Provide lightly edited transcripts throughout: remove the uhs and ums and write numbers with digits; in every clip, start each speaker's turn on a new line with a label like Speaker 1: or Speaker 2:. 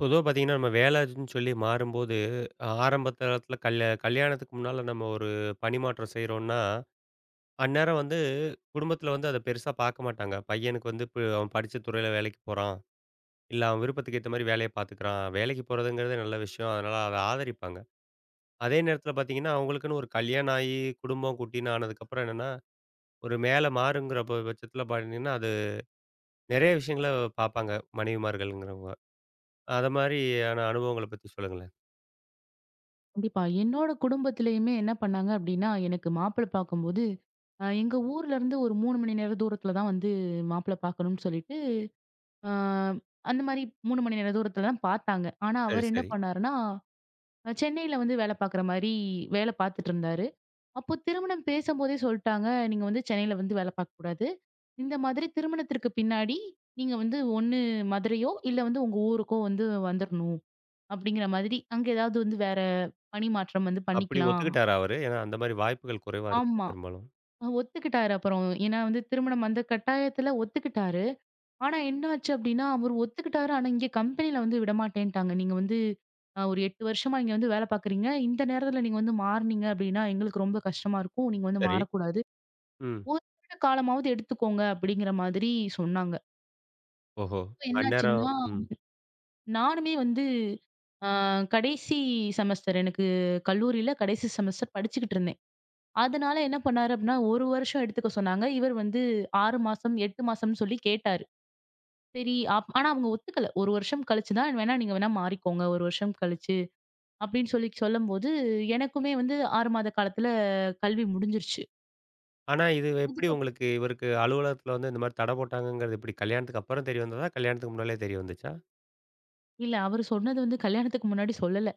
Speaker 1: பொதுவா பார்த்தீங்கன்னா, நம்ம வேலைன்னு சொல்லி மாறும்போது, ஆரம்ப தளத்தில கல்யாணத்துக்கு முன்னால நம்ம ஒரு பணிமாற்றம் செய்றோம்னா, அந்நேரம் வந்து குடும்பத்தில வந்து அத பெருசா பார்க்க மாட்டாங்க. பையனுக்கு வந்து இப்ப அவன் படிச்ச துறையில வேலைக்கு போறான். இல்ல அவன் விருப்பத்துக்கு ஏத்த மாரி வேலைய பார்த்துக்கிறான். வேலைக்கு போறதுங்கிறதே நல்ல விஷயம். அதனால அத ஆதரிப்பாங்க. அதே நேரத்தில பார்த்தீங்கன்னா, அவங்களுக்குன்னு ஒரு கல்யாணம் ஆயி, குடும்பம் குட்டின்னு ஆனதுக்கப்புறம் என்னன்னா, ஒரு மேல மாறுங்கிற பட்சத்தில பார்த்தீங்கன்னா, அது நெறைய விஷயங்கள பார்ப்பாங்க மனைவிமார்கள்ங்கிறவங்க. அத மாரியான அனுபவங்கள பத்தி சொல்லுங்களேன்.
Speaker 2: கண்டிப்பா. என்னோட குடும்பத்திலயுமே என்ன பண்ணாங்க அப்டின்னா, எனக்கு மாப்பிள பார்க்கும்போது, எங்க ஊர்ல இருந்து ஒரு 3 மணி நேர தூரத்துல தான் வந்து மாப்பிள பார்க்கணும்னு சொல்லிட்டு, அ அந்த மாரி 3 மணி நேர தூரத்துல தான் பார்த்தாங்க. ஆனா,
Speaker 1: சரி,
Speaker 2: அவரு என்ன
Speaker 1: சரி.
Speaker 2: பண்ணாருன்னா, சென்னையில வந்து வேல பார்க்குற மாரி வேல பார்த்துட்டு இருந்தாரு. அப்போ திருமணம் பேசம்போதே சொல்ட்டாங்க, "நீங்க வந்து சென்னையில வந்து வேல பார்க்கக்கூடாது. இந்த மாதிரி திருமணத்திற்கு பின்னாடி நீங்க வந்து ஒண்ணு மதுரையோ, இல்ல வந்து உங்க ஊருக்கோ வந்து வந்துரணும்." அப்டிங்கிற மாதிரி, அங்க ஏதாவது வந்து வேற பணி மாற்றம் வந்து
Speaker 1: அப்படி
Speaker 2: பண்ணிக்கலாம்.
Speaker 1: ஒத்துக்கிட்டாரா அவரு? ஏன்னா அந்த மாரி வாய்ப்புகள் குறைவா இருக்கும்
Speaker 2: ஆமா.
Speaker 1: பெரும்பாலும்.
Speaker 2: ஒத்துக்கிட்டாரு அப்புறம். ஏன்னா வந்து திருமணம் அந்த கட்டாயத்துல ஒத்துக்கிட்டாரு. ஆனா என்னாச்சு அப்டின்னா, அவரு ஒத்துக்கிட்டாரு. ஆனா இங்க கம்பெனில வந்து விடமாட்டேன்ட்டாங்க. நீங்க வந்து ஒரு 8 வருஷமா இங்க வந்து வேல பார்க்குறீங்க. இந்த நேரத்துல நீங்க வந்து மாறுனீங்க அப்டின்னா, எங்களுக்கு ரொம்ப கஷ்டமா இருக்கும். நீங்க வந்து
Speaker 1: சரி.
Speaker 2: மாறக்கூடாது.
Speaker 1: ம்.
Speaker 2: ஒரு வருட காலமாவது எடுத்துக்கோங்க அப்டிங்கிற மாதிரி சொன்னாங்க.
Speaker 1: ஓஹோ!
Speaker 2: அப்ப
Speaker 1: அந்நேரம்
Speaker 2: என்னாச்சுன்னா,
Speaker 1: ம்.
Speaker 2: நானுமே வந்து அ கடைசி செமஸ்டர் எனக்கு கல்லூரியில கடைசி செமஸ்டர் படிச்சுக்கிட்டு இருந்தேன். அதனால என்ன பண்ணாரு அப்படின்னா, 1 வருஷம் எடுத்துக்க சொன்னாங்க. இவர் வந்து 6 மாசம், 8 மாசம்னு சொல்லி கேட்டாரு. சரி ஆனா அவங்க ஒத்துக்கல. 1 வருஷம் கழிச்சு தான் வேணா நீங்க வேணா மாறிக்கோங்க. 1 வருஷம் கழிச்சு அப்படின்னு சொல்லும்போது, எனக்குமே வந்து 6 மாத காலத்துல கல்வி முடிஞ்சிருச்சு.
Speaker 1: ஆனா இது எப்படி
Speaker 2: அதுக்கப்
Speaker 1: உங்களுக்கு இவருக்கு அலுவலகத்துல வந்து இந்த மாரி தடை போட்டாங்கங்கிறது எப்படி? கல்யாணத்துக்கு அப்புறம் தெரிய வந்ததா? கல்யாணத்துக்கு முன்னாலயே தெரிய வந்துச்சா?
Speaker 2: இல்ல அவரு சொன்னது வந்து கல்யாணத்துக்கு முன்னாடி சொல்லல.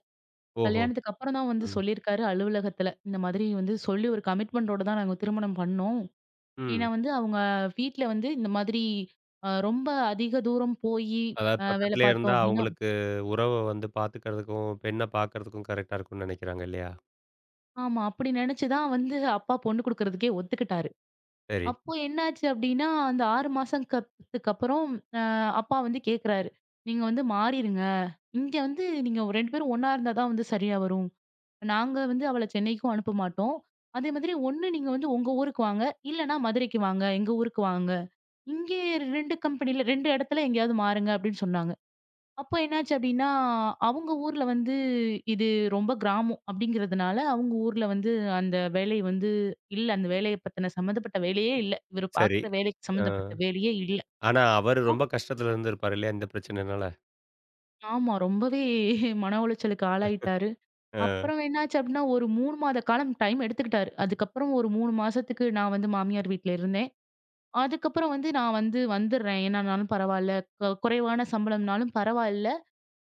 Speaker 1: ஓஹோ!
Speaker 2: கல்யாணத்துக்கு அப்புறம் தான் வந்து
Speaker 1: ம்.
Speaker 2: சொல்லியிருக்காரு அலுவலகத்துல. இந்த மாதிரி வந்து சொல்லி ஒரு கமிட்மெண்டோட தான் நாங்க திருமணம் பண்ணோம். ஏன்னா
Speaker 1: ம்.
Speaker 2: வந்து அவங்க வீட்ல வந்து இந்த மாதிரி ரொம்ப அதிக தூரம் போயி
Speaker 1: அதாவது
Speaker 2: வேலை
Speaker 1: பக்கத்திலேயே இருந்தா
Speaker 2: பார்த்தோம் அப்படின்னா
Speaker 1: அவங்களுக்கு உறவ வந்து பாத்துக்கிறதுக்கும், பெண்ண பாக்கறதுக்கும் கரெக்ட்டா இருக்கும்னு நெனைக்கிறாங்க இல்லையா?
Speaker 2: ஆமா. அப்படி நெனச்சு தான் வந்து அப்பா பொண்ணு குடுக்குறதுக்கே ஒத்துக்கிட்டாரு.
Speaker 1: சரி,
Speaker 2: அப்போ என்னாச்சு அப்டின்னா, அந்த 6 மாசம் கத்துக்கு அப்புறம் அ அப்பா வந்து கேக்குறாரு. "நீங்க வந்து மாறிருங்க. இங்க வந்து நீங்க 2 பேரும் ஒண்ணா இருந்தா தான் வந்து சரியா வரும். நாங்க வந்து அவள சென்னைக்கும் அனுப்ப மாட்டோம். அதே மாதிரி ஒண்ணு நீங்க வந்து உங்க ஊருக்கு வாங்க. இல்லன்னா மதுரைக்கு வாங்க. எங்க ஊருக்கு வாங்க. இங்கேயே 2 கம்பெனில 2 இடத்துல எங்கேயாவது மாறுங்க" அப்படின்னு சொன்னாங்க. அப்ப என்னாச்சு அப்டின்னா, அவங்க ஊர்ல வந்து இது ரொம்ப கிராமம் அப்டிங்கிறதுனால, அவங்க ஊர்ல வந்து அந்த வேலை வந்து இல்ல. அந்த வேலைய பத்தின சம்மந்தப்பட்ட வேலையே இல்ல. இவரு
Speaker 1: சரி.
Speaker 2: பார்க்குற வேலைக்கு
Speaker 1: அ
Speaker 2: சம்மந்தப்பட்ட வேலையே இல்ல.
Speaker 1: ஆனா அவரு ரொம்ப
Speaker 2: ஆம்
Speaker 1: கஷ்டத்துல இருந்திருப்பாரு இல்லையா? இந்த பிரச்சனைனால.
Speaker 2: ஆமா. ரொம்பவே மன உளைச்சலுக்கு ஆளாயிட்டாரு.
Speaker 1: அ
Speaker 2: அப்புறம் என்னாச்சு அப்டின்னா, ஒரு 3 மாத காலம் டைம் எடுத்துக்கிட்டாரு. அதுக்கப்புறம் ஒரு 3 மாசத்துக்கு நான் வந்து மாமியார் வீட்ல இருந்தேன். அதுக்கப்புறம் வந்து நான் வந்து வந்துர்றேன். என்னனாலும் பரவால்ல. குறைவான சம்பளம்னாலும் பரவால்ல.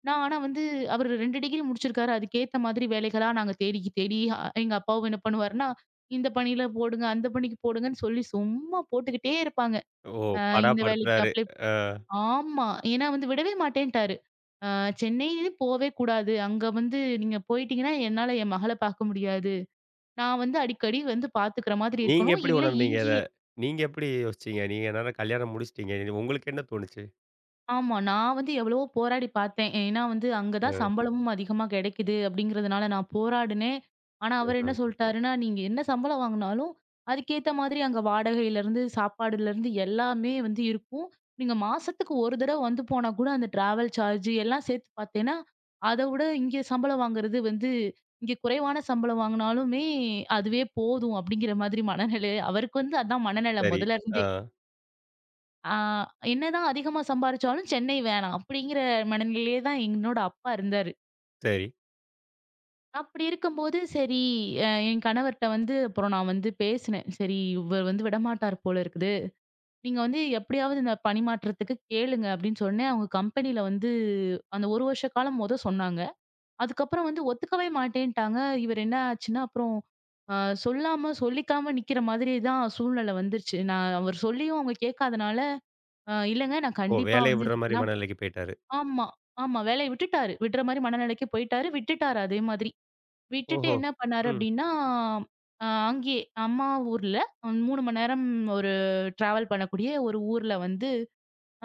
Speaker 2: நான் ஆனா வந்து அவரு 2 டிகிரி முடிச்சிருக்காரு. அதுக்கேத்த மாதிரி வேலைகளா நாங்க தேடி தேடி எங்க அப்பாவும் என்ன பண்ணுவாருன்னா, இந்த பணியில போடுங்க, அந்த பணிக்கு போடுங்கன்னு சொல்லி சும்மா போட்டுக்கிட்டே இருப்பாங்க.
Speaker 1: ஓ!
Speaker 2: அ இந்த வேலைக்கு
Speaker 1: பாடாப்படுத்துறாரு.
Speaker 2: அப்ளை ஆமா. ஏன்னா வந்து விடவே மாட்டேன்ட்டாரு. அ சென்னைன்னு போவே கூடாது. அங்க வந்து நீங்க போயிட்டீங்கன்னா, என்னால என் மகள பார்க்க முடியாது. நான் வந்து அடிக்கடி வந்து பார்த்துக்கிற மாதிரி
Speaker 1: நீங்க
Speaker 2: இருக்கணும்.
Speaker 1: எப்படி
Speaker 2: இல்ல
Speaker 1: உணர்ந்தீங்க அத?
Speaker 2: இங்கேயே
Speaker 1: நீங்க எப்படி யோசிச்சீங்க? நீங்க என்னன்னா கல்யாணம் முடிச்சுட்டீங்க. இனி உங்களுக்கு என்ன தோணுச்சு?
Speaker 2: ஆமா. நான் வந்து எவ்வளவோ போராடி பார்த்தேன். ஏன்னா வந்து அங்க
Speaker 1: அ,
Speaker 2: தான் சம்பளமும் அதிகமா கிடைக்குது அப்படிங்கிறதுனால நான் போராடினேன். ஆனா அவரு என்ன
Speaker 1: ம்ஹ்ம்.
Speaker 2: சொல்ட்டாருன்னா, "நீங்க என்ன சம்பளம் வாங்குனாலும், அதுக்கேத்த மாதிரி அங்க வாடகையிலருந்து, சாப்பாடுலருந்து எல்லாமே வந்து இருக்கும். நீங்க மாசத்துக்கு ஒரு தடவ வந்து போனா கூட அந்த டிராவல் சார்ஜ் எல்லாம் சேர்த்து பார்த்தேன்னா, அத விட இங்க சம்பளம் வாங்குறது வந்து இங்க குறைவான சம்பளம் வாங்குனாலுமே அதுவே போதும்." அப்படிங்கிற மாதிரி மனநிலை அவருக்கு வந்து அதான் மனநலம்
Speaker 1: சரி. ஆ,
Speaker 2: முதல்லருந்தே. ஆ என்னதான் அதிகமா சம்பாரிச்சாலும் சென்னை வேணாம் அப்படிங்கிற மனநிலையிலே தான் என்னோட அப்பா இருந்தாரு.
Speaker 1: சரி.
Speaker 2: அப்படி இருக்கும்போது சரி என் கணவர்ட்ட வந்து அப்புறம் நான் வந்து பேசினேன். "சரி இவர் வந்து விடமாட்டார் போல இருக்குது. நீங்க வந்து எப்படியாவது இந்த பணிமாற்றத்துக்கு கேளுங்க" அப்படின்னு சொன்னேன். அவங்க கம்பெனியில வந்து அந்த 1 வருஷ காலம் மொத சொன்னாங்க. அதுக்கப்புறம் வந்து ஒத்துக்கவே மாட்டேன்ட்டாங்க. இவர் என்ன ஆச்சுன்னா, அப்புறம் அ சொல்லாம சொல்லிக்காம நிக்கிற மாதிரி தான் சூழ்நிலை வந்துருச்சு. நான் அவர் சொல்லியும் அவங்க கேட்காதனால, இல்லங்க நான்
Speaker 1: ஓ!
Speaker 2: கண்டிப்பா
Speaker 1: வேலைய
Speaker 2: வந்து
Speaker 1: விடுற
Speaker 2: நிக்க
Speaker 1: மாரி
Speaker 2: தான்
Speaker 1: மனநிலைக்கு போயிட்டாரு.
Speaker 2: ஆமா, ஆமா. வேலைய விட்டுட்டாரு. விடுற மாரி மனநிலைக்கு போயிட்டாரு. விட்டுட்டாரு அதே மாதிரி. விட்டுட்டு
Speaker 1: ஓஹோ!
Speaker 2: என்ன பண்ணாரு
Speaker 1: ம்.
Speaker 2: அப்டின்னா, அங்கேயே அம்மா ஊர்ல 3 மணி நேரம் ஒரு டிராவல் பண்ணக்கூடிய ஒரு ஊர்ல வந்து,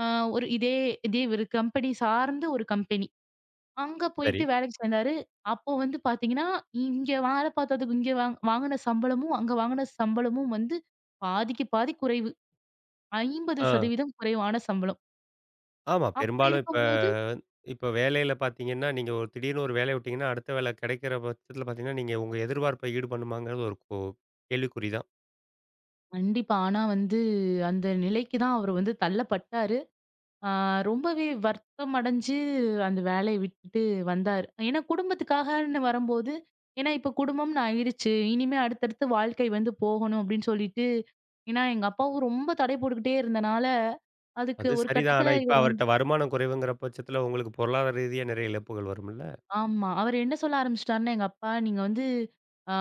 Speaker 2: அ ஒரு இதே இதே ஒரு கம்பெனி சார்ந்து ஒரு கம்பெனி. அங்க
Speaker 1: சரி.
Speaker 2: போயிட்டு வேலைக்கு சேர்ந்தாரு. அப்போ வந்து பார்த்தீங்கன்னா, இங்க வேலை பார்த்ததுக்கு இங்க வாங்குன சம்பளமும், அங்க வாங்குன சம்பளமும் வந்து பாதிக்கு பாதி குறைவு.
Speaker 1: ஆ.
Speaker 2: 50% குறைவான சம்பளம்.
Speaker 1: ஆமா.
Speaker 2: அப்டி
Speaker 1: பெரும்பாலும் இப்ப
Speaker 2: இருக்கும்போது
Speaker 1: இப்ப வேலையில பார்த்தீங்கன்னா, நீங்க ஒரு திடீர்னு ஒரு வேலைய விட்டீங்கன்னா, அடுத்த வேலை கிடைக்கிற பட்சத்தில பார்த்தீங்கன்னா, நீங்க உங்க எதிர்பார்ப்ப ஈடு பண்ணுமாங்கிறது ஒரு கேள்விக்குறி தான்.
Speaker 2: கண்டிப்பா. ஆனா வந்து அந்த நிலைக்கு தான் அவரு வந்து தள்ளப்பட்டாரு. ஆ ரொம்பவே வருத்தம் அடைஞ்சு அந்த வேலைய விட்டுட்டு வந்தாரு. ஏன்னா குடும்பத்துக்காகன்னு வரும்போது, ஏன்னா இப்ப குடும்பம்னு ஆயிடுச்சு. இனிமே அடுத்தடுத்து வாழ்க்கை வந்து போகணும் அப்படின்னு சொல்லிட்டு, ஏன்னா எங்க அப்பாவும் ரொம்ப தடை போட்டுக்கிட்டே இருந்தனால, அதுக்கு
Speaker 1: அது
Speaker 2: ஒரு
Speaker 1: சரிதான். ஆனா,
Speaker 2: கட்டத்துல
Speaker 1: இப்ப
Speaker 2: இவர் வந்து
Speaker 1: அவர்ட்ட வருமானம் குறைவுங்கிற பட்சத்தில உங்களுக்கு பொருளாதார ரீதியா நிறைய இழப்புகள் வரும்ல?
Speaker 2: ஆமா. அவர் என்ன சொல்ல ஆரம்பிச்சுட்டாருன்னா, எங்க அப்பா நீங்க வந்து ஆ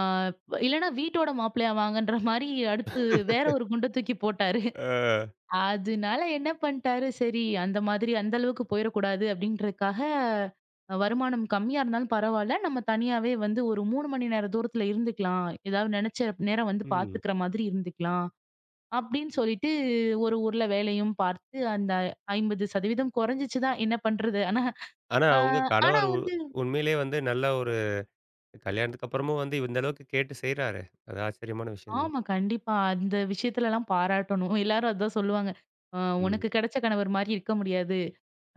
Speaker 2: இல்லன்னா வீட்டோட மாப்பிள்ளையா வாங்கன்ற மாரி அடுத்து வேற ஒரு குண்ட தூக்கி போட்டாரு.
Speaker 1: அ.
Speaker 2: அதனால என்ன பண்ணிட்டாரு, சரி அந்த மாதிரி அந்த அளவுக்கு போயிறக்கூடாது அப்படின்றதுக்காக, வருமானம் கம்மியா இருந்தாலும் பரவால்ல. நம்ம தனியாவே வந்து ஒரு 3 மணி நேர தூரத்துல இருந்துக்கலாம். ஏதாவது நினைச்ச நேரம் வந்து
Speaker 1: ம்.
Speaker 2: பார்த்துக்கிற மாதிரி இருந்துக்கலாம். அப்படின்னு சொல்லிட்டு ஒரு ஊர்ல வேலையும் பார்த்து அந்த 50% குறைஞ்சிச்சு தான். என்ன பண்றது?
Speaker 1: ஆனா,
Speaker 2: அ
Speaker 1: உங்க
Speaker 2: ஆனா
Speaker 1: கணவர்
Speaker 2: வந்து
Speaker 1: உண்மையிலேயே வந்து நல்ல ஒரு கல்யாணத்துக்கு அப்புறமும் வந்து இந்த அளவுக்கு கேட்டு செய்றாரு. அது ஆச்சரியமான விஷயம் தான்.
Speaker 2: ஆமா கண்டிப்பா. அந்த விஷயத்துலலாம் பாராட்டணும். எல்லாரும் அதான் சொல்லுவாங்க. "அ
Speaker 1: ம்.
Speaker 2: உனக்கு கிடைச்ச கணவர் மாரி இருக்க முடியாது.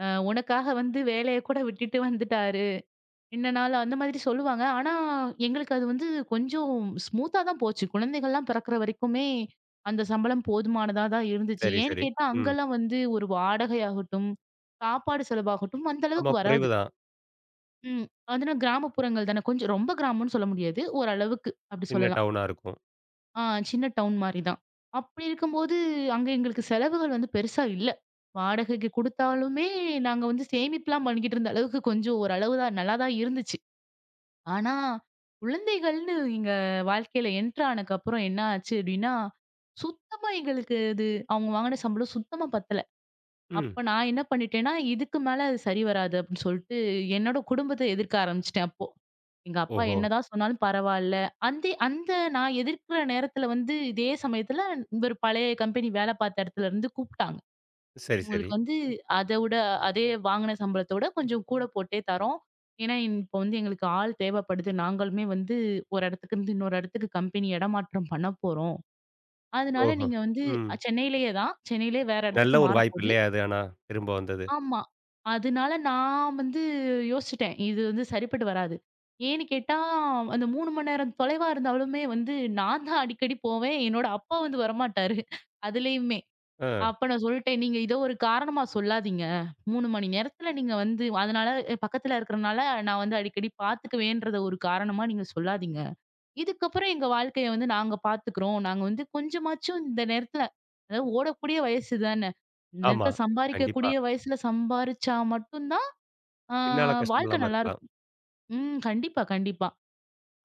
Speaker 2: உனக்காக வந்து வேலைய கூட விட்டுட்டு வந்துட்டாரு." என்ன நாள் அந்த மாதிரி சொல்லுவாங்க. ஆனா, எங்களுக்கு அது வந்து கொஞ்சம் ஸ்மூத்தா தான் போச்சு. குழந்தைகள்லாம் பிறக்கிற வரைக்குமே, அந்த சம்பளம் போதுமானதா தான் இருந்துச்சு.
Speaker 1: சரி,
Speaker 2: ஏன்னு
Speaker 1: சரி.
Speaker 2: கேட்டா,
Speaker 1: ம்.
Speaker 2: அங்கலாம் வந்து ஒரு வாடகையாகட்டும், சாப்பாடு செலவாகட்டும், அந்த
Speaker 1: ஆமா
Speaker 2: அளவுக்கு வராது.
Speaker 1: குறைவு தான்.
Speaker 2: ம். அதுனா கிராமப்புறங்கள் தானே. கொஞ்சம் ரொம்ப கிராமம்னு சொல்ல முடியாது. ஓரளவுக்கு அப்படி
Speaker 1: சின்ன
Speaker 2: சொல்லலாம்.
Speaker 1: டவுனா இருக்கும்.
Speaker 2: ஆ சின்ன டவுன் மாரி தான். அப்படி இருக்கும்போது, அங்க எங்களுக்கு செலவுகள் வந்து பெருசா இல்ல. வாடகைக்கு குடுத்தாலுமே, நாங்க வந்து சேமிப்புலாம் பண்ணிக்கிட்டு இருந்த அளவுக்கு கொஞ்சம் ஓரளவு தான் நல்லா தான் இருந்துச்சு. ஆனா, குழந்தைகள்னு எங்க வாழ்க்கையில என்டர் ஆனதுக்கப்புறம் என்ன ஆச்சு அப்டின்னா, சுத்தமா எங்களுக்கு அது அவங்க வாங்குன சம்பளம் சுத்தமா பத்தல.
Speaker 1: ம்.
Speaker 2: அப்ப நான் என்ன பண்ணிட்டேன்னா, இதுக்கு மேல அது சரி வராது அப்டின்னு சொல்லிட்டு, என்னோட குடும்பத்த எதிர்க்க ஆரம்பிச்சுட்டேன் அப்போ. எங்க அப்பா
Speaker 1: ஓஹோ!
Speaker 2: என்னதான் சொன்னாலும் பரவால்ல. அந்த நான் எதிர்க்கிற நேரத்துல வந்து இதே சமயத்துல இவரு பழைய கம்பெனி வேல பார்த்த இடத்துல இருந்து கூப்ட்டாங்க.
Speaker 1: சரி, சரி.
Speaker 2: உங்களுக்கு வந்து அத விட அதே வாங்குன சம்பளத்த விட கொஞ்சம் கூட போட்டே தரோம். ஏன்னா, இப்போ வந்து எங்களுக்கு ஆள் தேவைப்படுது. நாங்களுமே வந்து ஒரு இடத்துக்கு இருந்து இன்னொரு இடத்துக்கு கம்பெனி இடமாற்றம் பண்ண போறோம். அதனால
Speaker 1: ஓஹோ!
Speaker 2: நீங்க வந்து
Speaker 1: ம்.
Speaker 2: சென்னையிலேயே தான். சென்னையிலேயே வேற இடத்துக்கு
Speaker 1: நல்ல ஒரு வாய்ப்பு
Speaker 2: மாறப்போது.
Speaker 1: இல்லையா அது ஆனா, திரும்ப வந்தது?
Speaker 2: ஆமா. அதனால நான் வந்து யோசிச்சுட்டேன். இது வந்து சரிப்பட்டு வராது. ஏன்னு கேட்டா, அந்த 3 மணி நேரம் தொலைவா இருந்தாலுமே வந்து நான் தான் அடிக்கடி போவேன். என்னோட அப்பா வந்து வரமாட்டாரு. அதுலயுமே.
Speaker 1: ஆ.
Speaker 2: அப்ப நான் சொல்லிட்டேன். "நீங்க இத ஒரு காரணமா சொல்லாதீங்க. 3 மணி நேரத்துல நீங்க வந்து அதனால பக்கத்துல இருக்கறனால நான் வந்து அடிக்கடி பாத்துக்குவேன்றத ஒரு காரணமா நீங்க சொல்லாதீங்க. இதுக்கப்புறம் எங்க வாழ்க்கைய வந்து நாங்க பாத்துக்குறோம். நாங்க வந்து கொஞ்சமாச்சும் இந்த நேரத்துல அதாவது ஓடக்கூடிய வயசு தானே! இந்த
Speaker 1: ஆமா.
Speaker 2: நேரத்துல ம்.
Speaker 1: கண்டிப்பா.
Speaker 2: சம்பாரிக்கக்கூடிய வயசுல சம்பாரிச்சா மட்டும் தான், ஆ
Speaker 1: பின்னால கஷ்டம்
Speaker 2: வாழ்க்கை
Speaker 1: இல்லாம இருக்கலாம்.
Speaker 2: நல்லாருக்கும்." ம். கண்டிப்பா, கண்டிப்பா.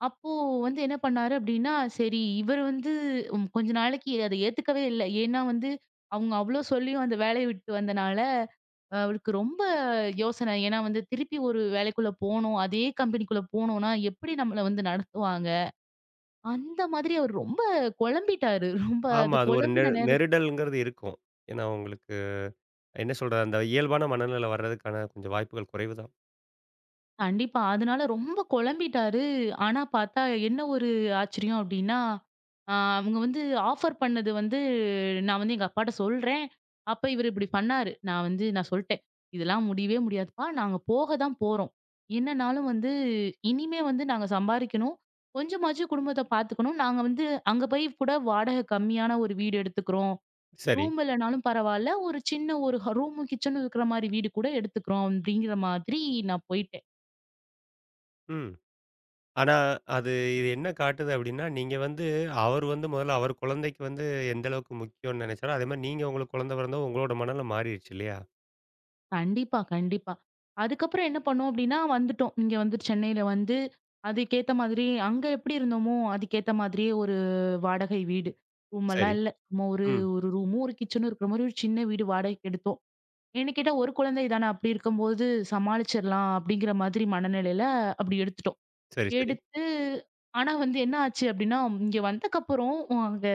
Speaker 2: அப்போ வந்து என்ன பண்ணாரு அப்படின்னா, சரி இவர் வந்து கொஞ்ச நாளைக்கு அத ஏத்துக்கவே இல்ல. ஏன்னா வந்து அவங்க அவ்ளோ சொல்லியும் அந்த வேலைய விட்டு வந்தனால, அவருக்கு ரொம்ப யோசனை. ஏன்னா வந்து திருப்பி ஒரு வேலைக்குள்ள போணும். அதே கம்பெனிக்குள்ள போனோம்னா, எப்படி நம்மள வந்து நடத்துவாங்க? அந்த மாதிரி அவர் ரொம்ப குழம்பிட்டாரு. ரொம்ப
Speaker 1: ஆமா.
Speaker 2: அது
Speaker 1: அது ஒரு
Speaker 2: குழம்பின நேரத்துல
Speaker 1: நெருடல்ங்கிறது இருக்கும். ஏன்னா, உங்களுக்கு என்ன சொல்றது? அந்த இயல்பான மனநிலை வர்றதுக்கான கொஞ்சம் வாய்ப்புகள் குறைவு தான்.
Speaker 2: கண்டிப்பா. அதனால ரொம்ப குழம்பிட்டாரு. ஆனா பார்த்தா என்ன ஒரு ஆச்சரியம் அப்டின்னா, அவங்க வந்து ஆஃபர் பண்ணது வந்து நான் வந்து எங்க அப்பாட்ட சொல்றேன். அப்ப இவரு இப்டி பண்ணாரு. நான் வந்து நான் சொல்ட்டேன். "இதெல்லாம் முடியவே முடியாதுப்பா. நாங்க போக தான் போறோம். என்னனாலும் வந்து இனிமே வந்து நாங்க சம்பாரிக்கணும். கொஞ்சமாச்சும் குடும்பத்த பார்த்துக்கணும். நாங்க வந்து அங்க போய் கூட வாடகை கம்மியான ஒரு வீடு எடுத்துக்கிறோம்.
Speaker 1: சரி.
Speaker 2: ரூம் இல்லனாலும் பரவால்ல. ஒரு சின்ன ஒரு ரூமும், கிச்சனும் இருக்கிற மாரி வீடு கூட எடுத்துக்கிறோம்." அப்டிங்கிற மாதிரி நான் போயிட்டேன்.
Speaker 1: ம். ஆனா, அது இது என்ன காட்டுது அப்டின்னா, நீங்க வந்து அவர் வந்து முதல்ல அவர் குழந்தைக்கு வந்து எந்த அளவுக்கு முக்கியம்னு நெனைச்சாரோ, அதே மாரி நீங்க உங்களுக்கு குழந்தை பிறந்தவும் உங்களோட மனநிலை மாறிருச்சு இல்லையா?
Speaker 2: கண்டிப்பா, கண்டிப்பா. அதுக்கப்புறம் என்ன பண்ணோம் அப்டின்னா, வந்துட்டோம். இங்க வந்து சென்னையில வந்து அதுக்கேத்த மாதிரி அங்க எப்டி இருந்தோமோ, அதுக்கேத்த மாதிரியே ஒரு வாடகை வீடு.
Speaker 1: சரி.
Speaker 2: ரூமெல்லாம் இல்ல. சும்மா ஒரு
Speaker 1: ம்.
Speaker 2: ஒரு ரூமும், ஒரு கிச்சனும் இருக்கிற மாரி ஒரு சின்ன வீடு வாடகைக்கு எடுத்தோம். ஏன்னு கேட்டா, ஒரு குழந்தை தானே அப்டி இருக்கும்போது சமாளிச்சிடலாம் அப்டிங்கிற மாதிரி மனநிலையில அப்டி எடுத்துட்டோம்.
Speaker 1: சரி, சரி.
Speaker 2: எடுத்து ஆனா வந்து என்ன ஆச்சு அப்டின்னா, இங்க வந்தக்கப்புறம் அங்க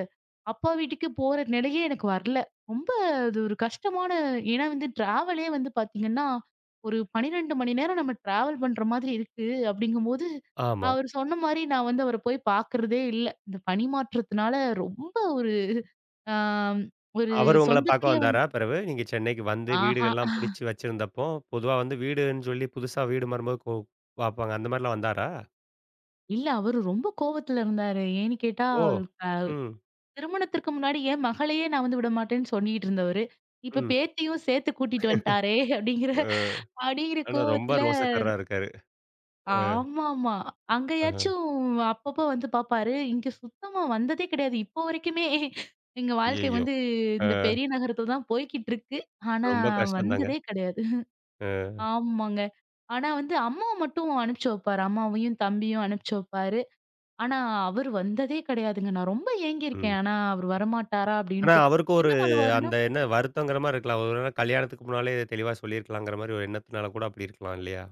Speaker 2: அப்பா வீட்டுக்கு போற நிலையே எனக்கு வரல. ரொம்ப அது ஒரு கஷ்டமான ஏன்னா வந்து டிராவலே வந்து பார்த்தீங்கன்னா, ஒரு 12 மணி நேரம் நம்ம டிராவல் பண்ற மாதிரி இருக்கு. அப்படிங்கும்போது,
Speaker 1: ஆமா.
Speaker 2: அவர் சொன்ன மாரி நான் வந்து அவர போய் பார்க்கிறதே இல்ல. இந்த பணி மாற்றத்தினால ரொம்ப ஒரு ஆ ஒரு
Speaker 1: அவரு உங்கள பார்க்க
Speaker 2: சொந்தத்தையே
Speaker 1: வந்தாரா
Speaker 2: வந்து
Speaker 1: பிறவு? நீங்க சென்னைக்கு வந்து
Speaker 2: ஆஹா.
Speaker 1: வீடுகள்லாம் பிடிச்சு வச்சிருந்தப்போ, பொதுவா வந்து வீடுன்னு சொல்லி புதுசா வீடு மாறும்போது கு பார்ப்பாங்க. அந்த மாரிலாம் வந்தாரா?
Speaker 2: இல்ல அவரு ரொம்ப கோவத்துல இருந்தாரு. ஏன்னு கேட்டா,
Speaker 1: ஓ!
Speaker 2: அ
Speaker 1: ம்,
Speaker 2: திருமணத்திற்கு முன்னாடி என் மகளையே நான் வந்து விடமாட்டேன்னு சொல்லிட்டு இருந்தவரு. இப்ப
Speaker 1: ம்.
Speaker 2: பேத்தியும் சேர்த்து கூட்டிட்டு வந்துட்டாரே அப்படிங்கிற
Speaker 1: அ.
Speaker 2: அப்படிங்கிற
Speaker 1: ஆனா ரொம்ப
Speaker 2: கோவத்துல
Speaker 1: ரோசக்காரரா இருக்காரு. அ.
Speaker 2: ஆமாமா.
Speaker 1: ஆஹ.
Speaker 2: அங்கயாச்சும் அப்பப்போ வந்து பாப்பாரு. இங்க சுத்தமா வந்ததே கிடையாது. இப்போ வரைக்குமே எங்க வாழ்க்கை
Speaker 1: ஐயய்யோ!
Speaker 2: வந்து
Speaker 1: அ.
Speaker 2: இந்த பெரிய நகரத்துல தான் போய்க்கிட்டு இருக்கு. ஆனா
Speaker 1: ரொம்ப கஷ்டம் தாங்க.
Speaker 2: வந்ததே கிடையாது.
Speaker 1: அ.
Speaker 2: ஆமாங்க. ஆனா வந்து அம்மாவ மட்டும் அனுப்பிச்சு வைப்பாரு. அம்மாவையும், தம்பியும் அனுப்பிச்சு வைப்பாரு. ஆனா அவரு வந்ததே கிடையாதுங்க. நான் ரொம்ப ஏங்கியிருக்கேன்.
Speaker 1: ம்.
Speaker 2: ஆனா அவரு வரமாட்டாரா
Speaker 1: ஆனா,
Speaker 2: அப்டின்ட்டு.
Speaker 1: அவருக்கும் ஒரு
Speaker 2: என்ன பண்ணுவாருன்னா
Speaker 1: அந்த என்ன வருத்தங்கிற மாரி இருக்கலாம். ஒரு வேள கல்யாணத்துக்கு முன்னாலே இதை தெளிவா சொல்லியிருக்கலாங்கிற மாரி ஒரு எண்ணத்தினால கூட அப்படி இருக்கலாம் இல்லையா?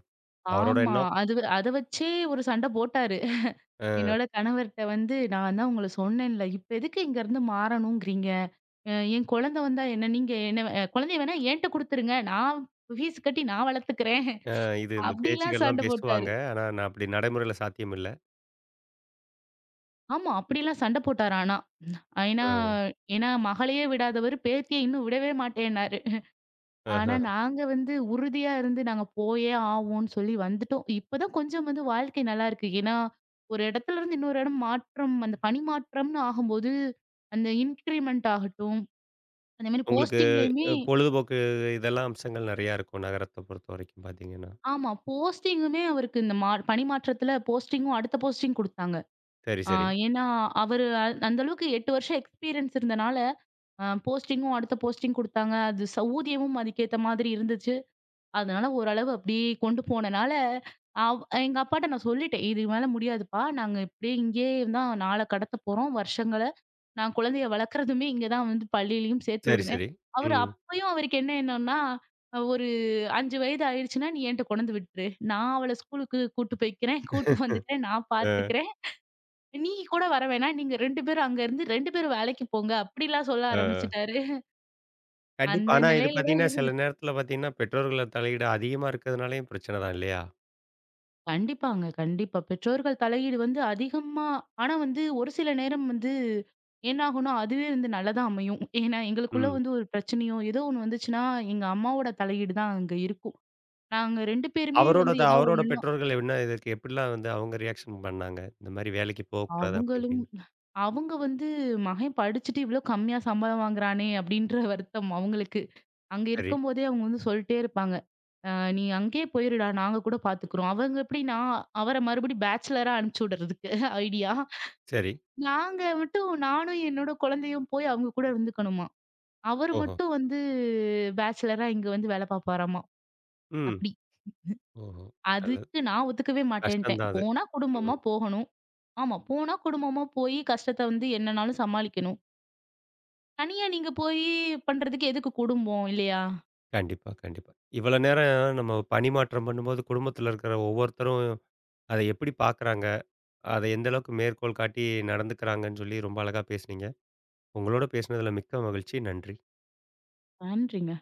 Speaker 1: அவரோட
Speaker 2: ஆமா.
Speaker 1: எண்ணம்.
Speaker 2: அது அத வச்சே ஒரு சண்ட போட்டாரு.
Speaker 1: அ,
Speaker 2: என்னோட கணவர்ட்ட வந்து நான் தான் உங்கள சொன்னேன்ல. இப்ப எதுக்கு இங்கருந்து மாறணும்ங்கிறீங்க? என் குழந்தை வந்தா என்ன நீங்க என்ன குழந்தைய வேணா என்ட்ட குடுத்துருங்க. நான் ஃபீஸ் கட்டி நான் வளர்த்துக்கிறேன்.
Speaker 1: அ இது இந்த
Speaker 2: அப்படிலாம்
Speaker 1: பேச்சுக்கள்லாம்
Speaker 2: சண்டை
Speaker 1: பேசுவாங்க.
Speaker 2: போட்டாரு.
Speaker 1: ஆனா, நான் அப்படி நடைமுறையில சாத்தியம் இல்ல.
Speaker 2: ஆமா, அப்படிலாம் சண்டை போட்டாரு ஆனா. ஏன்னா
Speaker 1: அ,
Speaker 2: ஏன்னா மகளையே விடாதவரு பேத்திய இன்னும் விடவே மாட்டேன்னாரு. ஆனா
Speaker 1: ஆஹ.
Speaker 2: நாங்க வந்து உறுதியா இருந்து நாங்க போயே ஆவோம்ன்னு சொல்லி வந்துட்டோம். இப்பதான் கொஞ்சம் வந்து வாழ்க்கை நல்லா இருக்கு. ஏன்னா ஒரு இடத்துல இருந்து இன்னொரு இடம் மாற்றம் அந்த பணி மாற்றம்னு ஆகும்போது, அந்த இன்கிரிமெண்ட் ஆகட்டும், அந்த மாரி
Speaker 1: உங்களுக்கு
Speaker 2: போஸ்டிங்லயுமே
Speaker 1: பொழுதுபோக்கு இதெல்லாம் அம்சங்கள் நெறையா இருக்கும் நகரத்த பொறுத்தவரைக்கும் பார்த்தீங்கன்னா.
Speaker 2: ஆமா. போஸ்டிங்குமே அவருக்கு இந்த பணி மாற்றத்துல போஸ்டிங்கும் அடுத்த போஸ்டிங் குடுத்தாங்க.
Speaker 1: சரி,
Speaker 2: ஆ
Speaker 1: சரி.
Speaker 2: ஏன்னா, அவரு அந்த அளவுக்கு 8 வருஷம் எக்ஸ்பீரியன்ஸ் இருந்தனால, போஸ்டிங்கும் அடுத்த போஸ்டிங் குடுத்தாங்க. அது ஊதியமும் அதுக்கேத்த மாதிரி இருந்துச்சு. அதனால ஓரளவு அப்படியே கொண்டு போனனால, அவ் எங்க அப்பாட்ட நான் சொல்லிட்டேன். "இதுக்கு மேல முடியாதுப்பா. நாங்க இப்படியே இங்கேயே தான் நாள கடத்த போறோம். வருஷங்கள்" நான் குழந்தைய வளர்க்குறதுமே இங்க தான் வந்து பள்ளியிலயும் சேர்த்து
Speaker 1: சரி,
Speaker 2: விடுவேன்.
Speaker 1: சரி.
Speaker 2: அவரு
Speaker 1: ம்.
Speaker 2: அப்பயும் அவருக்கு என்ன எண்ணம்னா, ஒரு 5 வயது ஆயிருச்சுன்னா, நீ என்ட்ட கொண்டு வந்து விட்டுரு. நான் அவள ஸ்கூலுக்கு கூட்டு போய்க்கிறேன். கூட்டு வந்துட்டேன். நான்
Speaker 1: அ,
Speaker 2: பார்த்துக்கிறேன். நீ கூட வர வேணாம். நீங்க 2 பேரும் அங்க இருந்து 2 பேரும் வேலைக்கு போங்க. அப்படிலாம் சொல்ல
Speaker 1: அ.
Speaker 2: ஆரம்பிச்சுட்டாரு.
Speaker 1: கண்டிப்பா.
Speaker 2: அந்த
Speaker 1: ஆனா, இது
Speaker 2: நிலையில தான்
Speaker 1: பார்த்தீங்கன்னா, சில
Speaker 2: இருந்துச்சு.
Speaker 1: நேரத்தில பார்த்தீங்கன்னா, பெற்றோர்கள தலையீடு அதிகமா இருக்கிறதுனாலயும் பிரச்சனை தான் இல்லையா?
Speaker 2: கண்டிப்பாங்க. கண்டிப்பா. பெற்றோர்கள் தலையீடு வந்து அதிகமா ஆனா வந்து ஒரு சில நேரம் வந்து என்னாகும்னா, அதுவே வந்து நல்லதா அமையும். ஏன்னா, எங்களுக்குள்ள
Speaker 1: ம்.
Speaker 2: வந்து ஒரு பிரச்சனையோ, ஏதோ ஒண்ணு வந்துச்சுன்னா, எங்க அம்மாவோட தலையீடு தான் அங்க இருக்கும். நாங்க 2 பேருமே
Speaker 1: அவரோட
Speaker 2: வந்து ஏதோ
Speaker 1: அவரோட
Speaker 2: ஒண்ணுன்னா
Speaker 1: பெற்றோர்கள் என்ன இதற்கு எப்படிலாம் வந்து அவங்க ரியாக்ஷன் பண்ணாங்க? இந்த மாரி வேலைக்கு போகக்கூடாது அப்படி
Speaker 2: அவங்களும்
Speaker 1: இப்படின்னு.
Speaker 2: அவங்க வந்து மகன் படிச்சுட்டு இவ்ளோ கம்மியா சம்பளம் வாங்குறானே! அப்டின்ற வருத்தம் அவங்களுக்கு. அங்க
Speaker 1: சரி,
Speaker 2: இருக்கும்போதே அவங்க வந்து சொல்ட்டே இருப்பாங்க. "அ நீ அங்கேயே போயிருடா, நாங்க கூட பார்த்துக்குறோம்." அவங்க எப்டின்னா, அவர மறுபடியும் பேச்சுலரா அனுப்பிச்சு விடுறதுக்கு ஐடியா.
Speaker 1: சரி.
Speaker 2: நாங்க மட்டும் நானும் என்னோட குழந்தையும் போய் அவங்க கூட இருந்துக்கணுமா. அவரு
Speaker 1: ஓஹோ!
Speaker 2: மட்டும் வந்து பேச்சுலரா இங்க வந்து வேல பார்ப்பாராமா.
Speaker 1: ம்.
Speaker 2: அப்படி.
Speaker 1: ஓஹோ! நல்லது.
Speaker 2: அதுக்கு நான் ஒத்துக்கவே
Speaker 1: கஷ்டம்
Speaker 2: மாட்டேன்ட்டேன்.
Speaker 1: தான் அது.
Speaker 2: போனா குடும்பமா
Speaker 1: ம்.
Speaker 2: போகணும். ஆமா. போனா குடும்பமா போய் கஷ்டத்த வந்து என்னனாலும் சமாளிக்கணும். தனியா நீங்க போய் பண்றதுக்கு எதுக்கு குடும்பம் இல்லையா?
Speaker 1: கண்டிப்பா, கண்டிப்பா. இவ்வளோ நேரம் நம்ம பணி மாற்றம் பண்ணும்போது குடும்பத்தில இருக்கிற ஒவ்வொருத்தரும் அத எப்படி பார்க்குறாங்க? அத எந்த அளவுக்கு மேற்கோள் காட்டி நடந்துக்கிறாங்கன்னு சொல்லி ரொம்ப அழகா பேசுனீங்க. உங்களோட பேசினதில மிக்க மகிழ்ச்சி. நன்றி.
Speaker 2: பண்றீங்க.